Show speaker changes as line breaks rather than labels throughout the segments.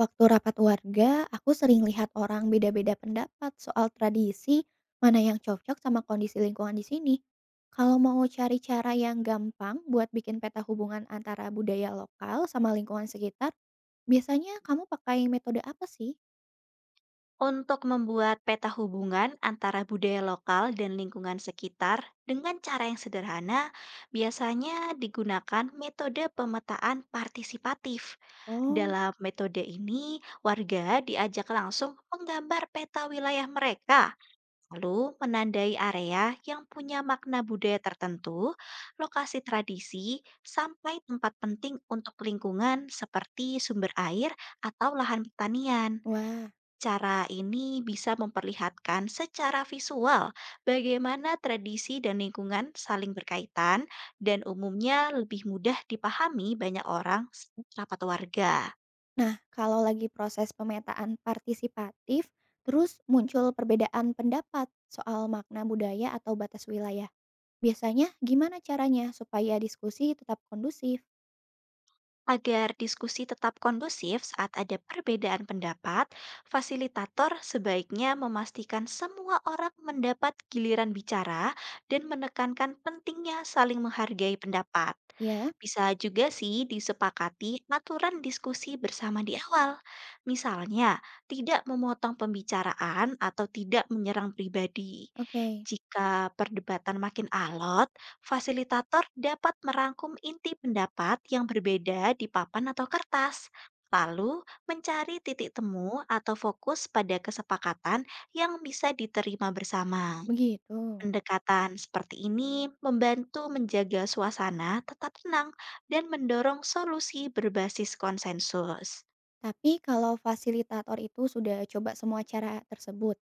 Waktu rapat warga, aku sering lihat orang beda-beda pendapat soal tradisi mana yang cocok sama kondisi lingkungan di sini. Kalau mau cari cara yang gampang buat bikin peta hubungan antara budaya lokal sama lingkungan sekitar, biasanya kamu pakai metode apa sih?
Untuk membuat peta hubungan antara budaya lokal dan lingkungan sekitar dengan cara yang sederhana, biasanya digunakan metode pemetaan partisipatif.
Oh,
Dalam metode ini, warga diajak langsung menggambar peta wilayah mereka, lalu menandai area yang punya makna budaya tertentu, lokasi tradisi, sampai tempat penting untuk lingkungan seperti sumber air atau lahan pertanian.
wah.
Cara ini bisa memperlihatkan secara visual bagaimana tradisi dan lingkungan saling berkaitan dan umumnya lebih mudah dipahami banyak orang saat rapat warga.
Nah, kalau lagi proses pemetaan partisipatif, terus muncul perbedaan pendapat soal makna budaya atau batas wilayah. Biasanya gimana caranya supaya diskusi tetap kondusif?
Agar diskusi tetap kondusif saat ada perbedaan pendapat, fasilitator sebaiknya memastikan semua orang mendapat giliran bicara dan menekankan pentingnya saling menghargai pendapat.
Ya,
Bisa juga sih disepakati aturan diskusi bersama di awal. Misalnya, tidak memotong pembicaraan atau tidak menyerang pribadi.
oke,
Jika perdebatan makin alot, fasilitator dapat merangkum inti pendapat yang berbeda di papan atau kertas, lalu mencari titik temu atau fokus pada kesepakatan yang bisa diterima bersama.
begitu.
Pendekatan seperti ini membantu menjaga suasana tetap tenang dan mendorong solusi berbasis konsensus.
Tapi kalau fasilitator itu sudah coba semua cara tersebut,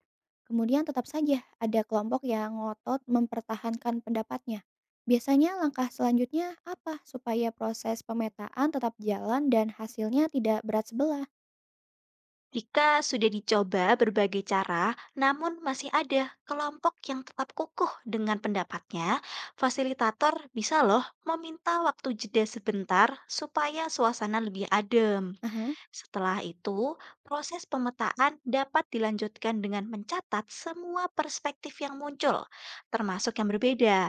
kemudian tetap saja ada kelompok yang ngotot mempertahankan pendapatnya. Biasanya langkah selanjutnya apa supaya proses pemetaan tetap jalan dan hasilnya tidak berat sebelah?
Jika sudah dicoba berbagai cara, namun masih ada kelompok yang tetap kukuh dengan pendapatnya, fasilitator bisa loh meminta waktu jeda sebentar supaya suasana lebih adem.
Aha,
Setelah itu, proses pemetaan dapat dilanjutkan dengan mencatat semua perspektif yang muncul, termasuk yang berbeda,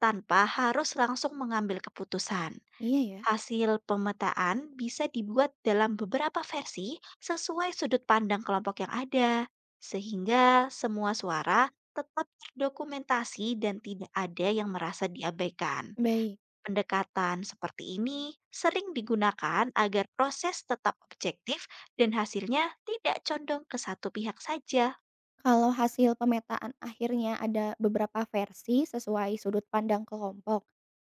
tanpa harus langsung mengambil keputusan.
iya ya.
Hasil pemetaan bisa dibuat dalam beberapa versi sesuai sudut pandang kelompok yang ada, sehingga semua suara tetap terdokumentasi dan tidak ada yang merasa diabaikan.
Baik.
Pendekatan seperti ini sering digunakan agar proses tetap objektif dan hasilnya tidak condong ke satu pihak saja.
Kalau hasil pemetaan akhirnya ada beberapa versi sesuai sudut pandang kelompok,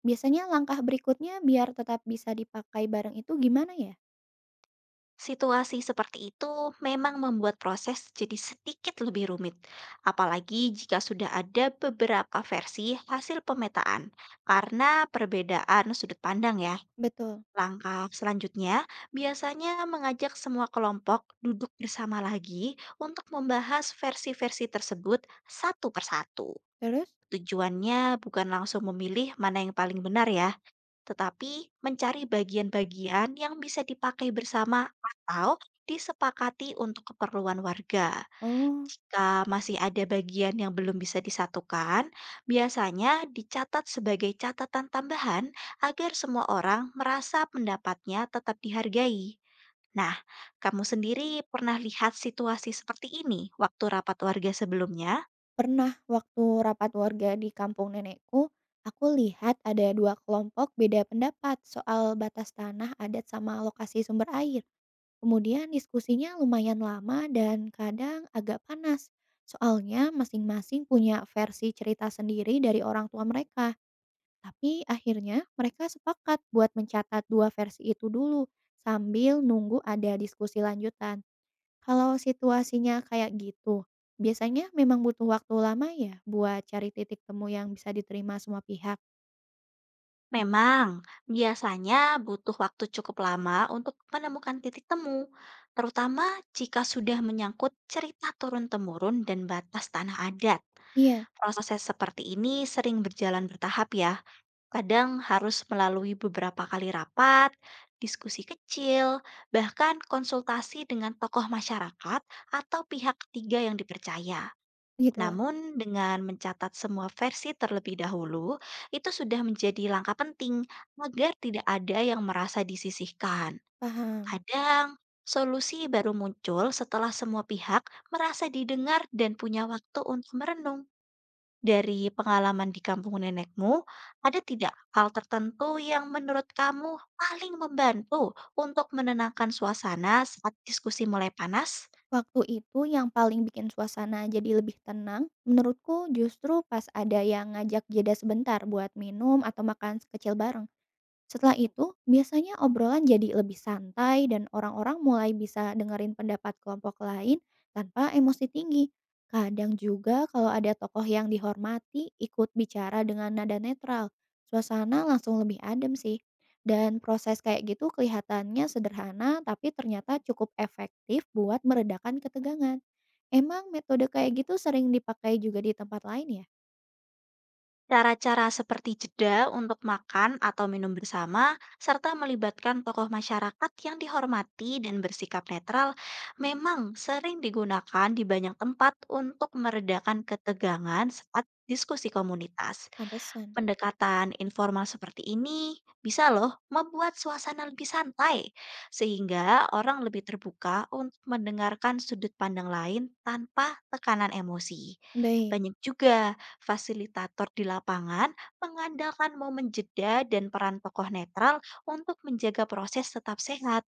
biasanya langkah berikutnya biar tetap bisa dipakai bareng itu gimana ya?
Situasi seperti itu memang membuat proses jadi sedikit lebih rumit, apalagi jika sudah ada beberapa versi hasil pemetaan, karena perbedaan sudut pandang ya.
Betul,
Langkah selanjutnya biasanya mengajak semua kelompok duduk bersama lagi untuk membahas versi-versi tersebut satu persatu.
terus?
Tujuannya bukan langsung memilih mana yang paling benar ya, tetapi mencari bagian-bagian yang bisa dipakai bersama atau disepakati untuk keperluan warga.
Oh,
Jika masih ada bagian yang belum bisa disatukan, biasanya dicatat sebagai catatan tambahan agar semua orang merasa pendapatnya tetap dihargai. Nah, kamu sendiri pernah lihat situasi seperti ini waktu rapat warga sebelumnya?
pernah waktu rapat warga di kampung nenekku, aku lihat ada dua kelompok beda pendapat soal batas tanah adat sama lokasi sumber air. Kemudian diskusinya lumayan lama dan kadang agak panas. Soalnya masing-masing punya versi cerita sendiri dari orang tua mereka. Tapi akhirnya mereka sepakat buat mencatat dua versi itu dulu sambil nunggu ada diskusi lanjutan. Kalau situasinya kayak gitu, biasanya memang butuh waktu lama ya buat cari titik temu yang bisa diterima semua pihak?
Memang, biasanya butuh waktu cukup lama untuk menemukan titik temu, terutama jika sudah menyangkut cerita turun-temurun dan batas tanah adat.
Iya,
Proses seperti ini sering berjalan bertahap ya. Kadang harus melalui beberapa kali rapat, diskusi kecil, bahkan konsultasi dengan tokoh masyarakat atau pihak ketiga yang dipercaya.
begitulah.
Namun, dengan mencatat semua versi terlebih dahulu, itu sudah menjadi langkah penting agar tidak ada yang merasa disisihkan.
Paham.
Kadang, solusi baru muncul setelah semua pihak merasa didengar dan punya waktu untuk merenung. Dari pengalaman di kampung nenekmu, ada tidak hal tertentu yang menurut kamu paling membantu untuk menenangkan suasana saat diskusi mulai panas?
Waktu itu yang paling bikin suasana jadi lebih tenang, menurutku justru pas ada yang ngajak jeda sebentar buat minum atau makan sekecil bareng. Setelah itu, biasanya obrolan jadi lebih santai dan orang-orang mulai bisa dengerin pendapat kelompok lain tanpa emosi tinggi. Kadang juga kalau ada tokoh yang dihormati ikut bicara dengan nada netral, suasana langsung lebih adem sih. Dan proses kayak gitu kelihatannya sederhana tapi ternyata cukup efektif buat meredakan ketegangan. Emang metode kayak gitu sering dipakai juga di tempat lain ya?
Cara-cara seperti jeda untuk makan atau minum bersama, serta melibatkan tokoh masyarakat yang dihormati dan bersikap netral, memang sering digunakan di banyak tempat untuk meredakan ketegangan saat diskusi komunitas.
Pantesan.
Pendekatan informal seperti ini bisa loh membuat suasana lebih santai, sehingga orang lebih terbuka untuk mendengarkan sudut pandang lain tanpa tekanan emosi.
Baik.
Banyak juga fasilitator di lapangan mengandalkan momen jeda dan peran tokoh netral untuk menjaga proses tetap sehat,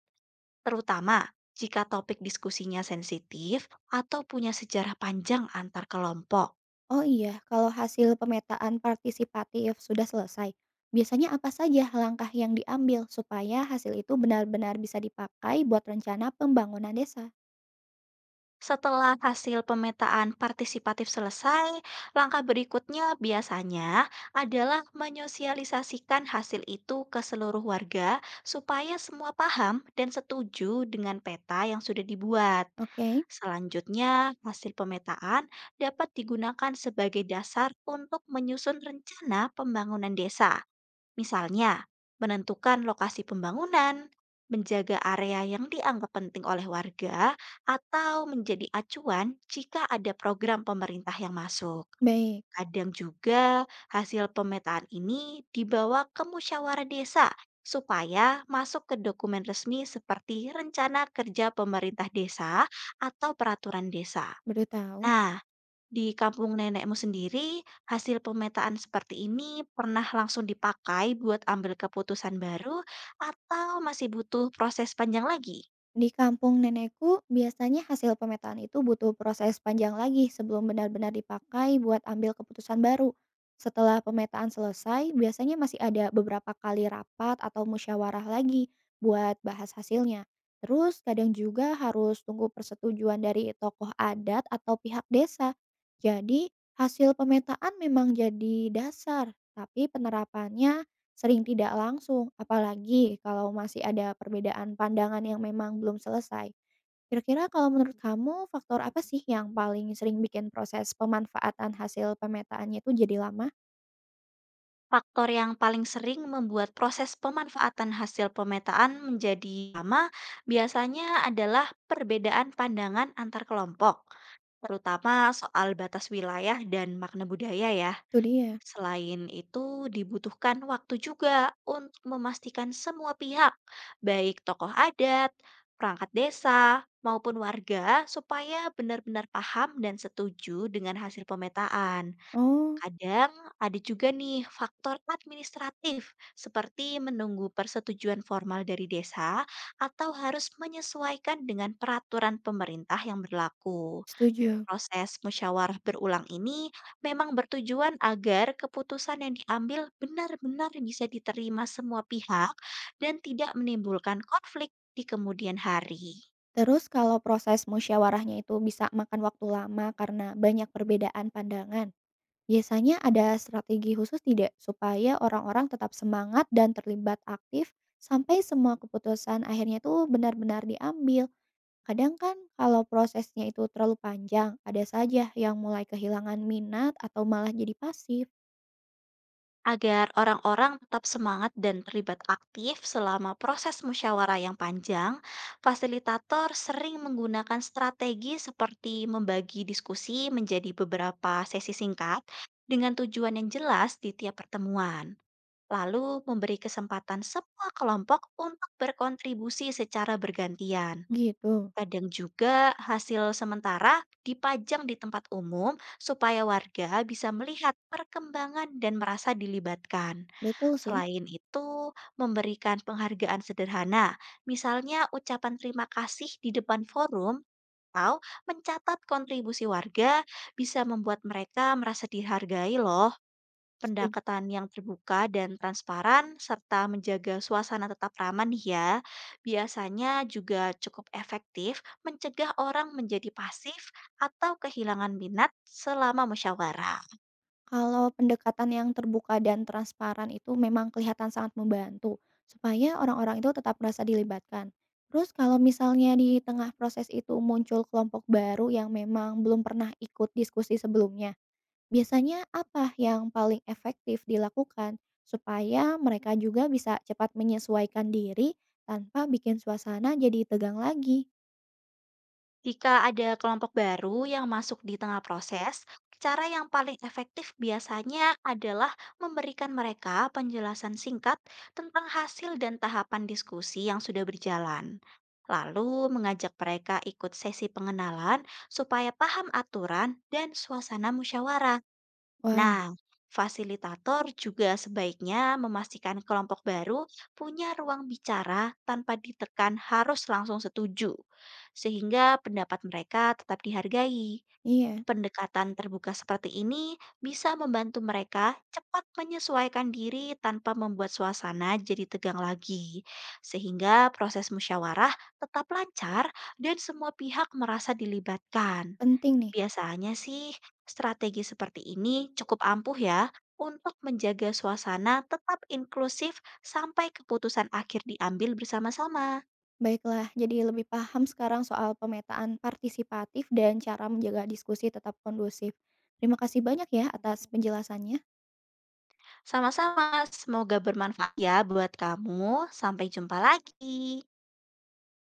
terutama jika topik diskusinya sensitif atau punya sejarah panjang antar kelompok.
Oh iya, kalau hasil pemetaan partisipatif sudah selesai, biasanya apa saja langkah yang diambil supaya hasil itu benar-benar bisa dipakai buat rencana pembangunan desa?
Setelah hasil pemetaan partisipatif selesai, langkah berikutnya biasanya adalah menyosialisasikan hasil itu ke seluruh warga supaya semua paham dan setuju dengan peta yang sudah dibuat.
Oke,
Selanjutnya, hasil pemetaan dapat digunakan sebagai dasar untuk menyusun rencana pembangunan desa. Misalnya, menentukan lokasi pembangunan, menjaga area yang dianggap penting oleh warga, atau menjadi acuan jika ada program pemerintah yang masuk.
baik,
Kadang juga hasil pemetaan ini dibawa ke musyawarah desa supaya masuk ke dokumen resmi seperti rencana kerja pemerintah desa atau peraturan desa.
baru tahu.
Nah, di kampung nenekmu sendiri, hasil pemetaan seperti ini pernah langsung dipakai buat ambil keputusan baru atau masih butuh proses panjang lagi?
Di kampung nenekku, biasanya hasil pemetaan itu butuh proses panjang lagi sebelum benar-benar dipakai buat ambil keputusan baru. Setelah pemetaan selesai, biasanya masih ada beberapa kali rapat atau musyawarah lagi buat bahas hasilnya. Terus kadang juga harus tunggu persetujuan dari tokoh adat atau pihak desa. Jadi, hasil pemetaan memang jadi dasar, tapi penerapannya sering tidak langsung, apalagi kalau masih ada perbedaan pandangan yang memang belum selesai. Kira-kira kalau menurut kamu faktor apa sih yang paling sering bikin proses pemanfaatan hasil pemetaannya itu jadi lama?
Faktor yang paling sering membuat proses pemanfaatan hasil pemetaan menjadi lama biasanya adalah perbedaan pandangan antar kelompok, terutama soal batas wilayah dan makna budaya ya.
Itu dia.
Selain itu, dibutuhkan waktu juga untuk memastikan semua pihak, baik tokoh adat, perangkat desa, maupun warga, supaya benar-benar paham dan setuju dengan hasil pemetaan.
Oh.
Kadang ada juga nih faktor administratif, seperti menunggu persetujuan formal dari desa atau harus menyesuaikan dengan peraturan pemerintah yang berlaku.
Setuju.
Proses musyawarah berulang ini memang bertujuan agar keputusan yang diambil benar-benar bisa diterima semua pihak dan tidak menimbulkan konflik di kemudian hari.
Terus kalau proses musyawarahnya itu bisa makan waktu lama karena banyak perbedaan pandangan, biasanya ada strategi khusus tidak supaya orang-orang tetap semangat dan terlibat aktif sampai semua keputusan akhirnya itu benar-benar diambil? Kadang kan kalau prosesnya itu terlalu panjang, ada saja yang mulai kehilangan minat atau malah jadi pasif,
Agar orang-orang tetap semangat dan terlibat aktif selama proses musyawarah yang panjang, fasilitator sering menggunakan strategi seperti membagi diskusi menjadi beberapa sesi singkat dengan tujuan yang jelas di tiap pertemuan, lalu memberi kesempatan semua kelompok untuk berkontribusi secara bergantian.
gitu.
Kadang juga hasil sementara dipajang di tempat umum supaya warga bisa melihat perkembangan dan merasa dilibatkan.
Betul sih.
Selain itu, memberikan penghargaan sederhana, misalnya ucapan terima kasih di depan forum atau mencatat kontribusi warga bisa membuat mereka merasa dihargai loh.
Setuju.
Pendekatan yang terbuka dan transparan, serta menjaga suasana tetap ramah nih ya, biasanya juga cukup efektif mencegah orang menjadi pasif atau kehilangan minat selama musyawarah.
Kalau pendekatan yang terbuka dan transparan itu memang kelihatan sangat membantu supaya orang-orang itu tetap merasa dilibatkan. Terus kalau misalnya di tengah proses itu muncul kelompok baru yang memang belum pernah ikut diskusi sebelumnya, biasanya apa yang paling efektif dilakukan supaya mereka juga bisa cepat menyesuaikan diri tanpa bikin suasana jadi tegang lagi?
Jika ada kelompok baru yang masuk di tengah proses, cara yang paling efektif biasanya adalah memberikan mereka penjelasan singkat tentang hasil dan tahapan diskusi yang sudah berjalan, lalu mengajak mereka ikut sesi pengenalan supaya paham aturan dan suasana musyawarah.
Wah,
Nah, fasilitator juga sebaiknya memastikan kelompok baru punya ruang bicara tanpa ditekan harus langsung setuju, sehingga pendapat mereka tetap dihargai.
iya,
Pendekatan terbuka seperti ini bisa membantu mereka cepat menyesuaikan diri tanpa membuat suasana jadi tegang lagi, sehingga proses musyawarah tetap lancar dan semua pihak merasa dilibatkan.
penting nih.
Biasanya sih, strategi seperti ini cukup ampuh ya untuk menjaga suasana tetap inklusif sampai keputusan akhir diambil bersama-sama.
Baiklah, jadi lebih paham sekarang soal pemetaan partisipatif dan cara menjaga diskusi tetap kondusif. Terima kasih banyak ya atas penjelasannya.
Sama-sama, semoga bermanfaat ya buat kamu. Sampai jumpa lagi.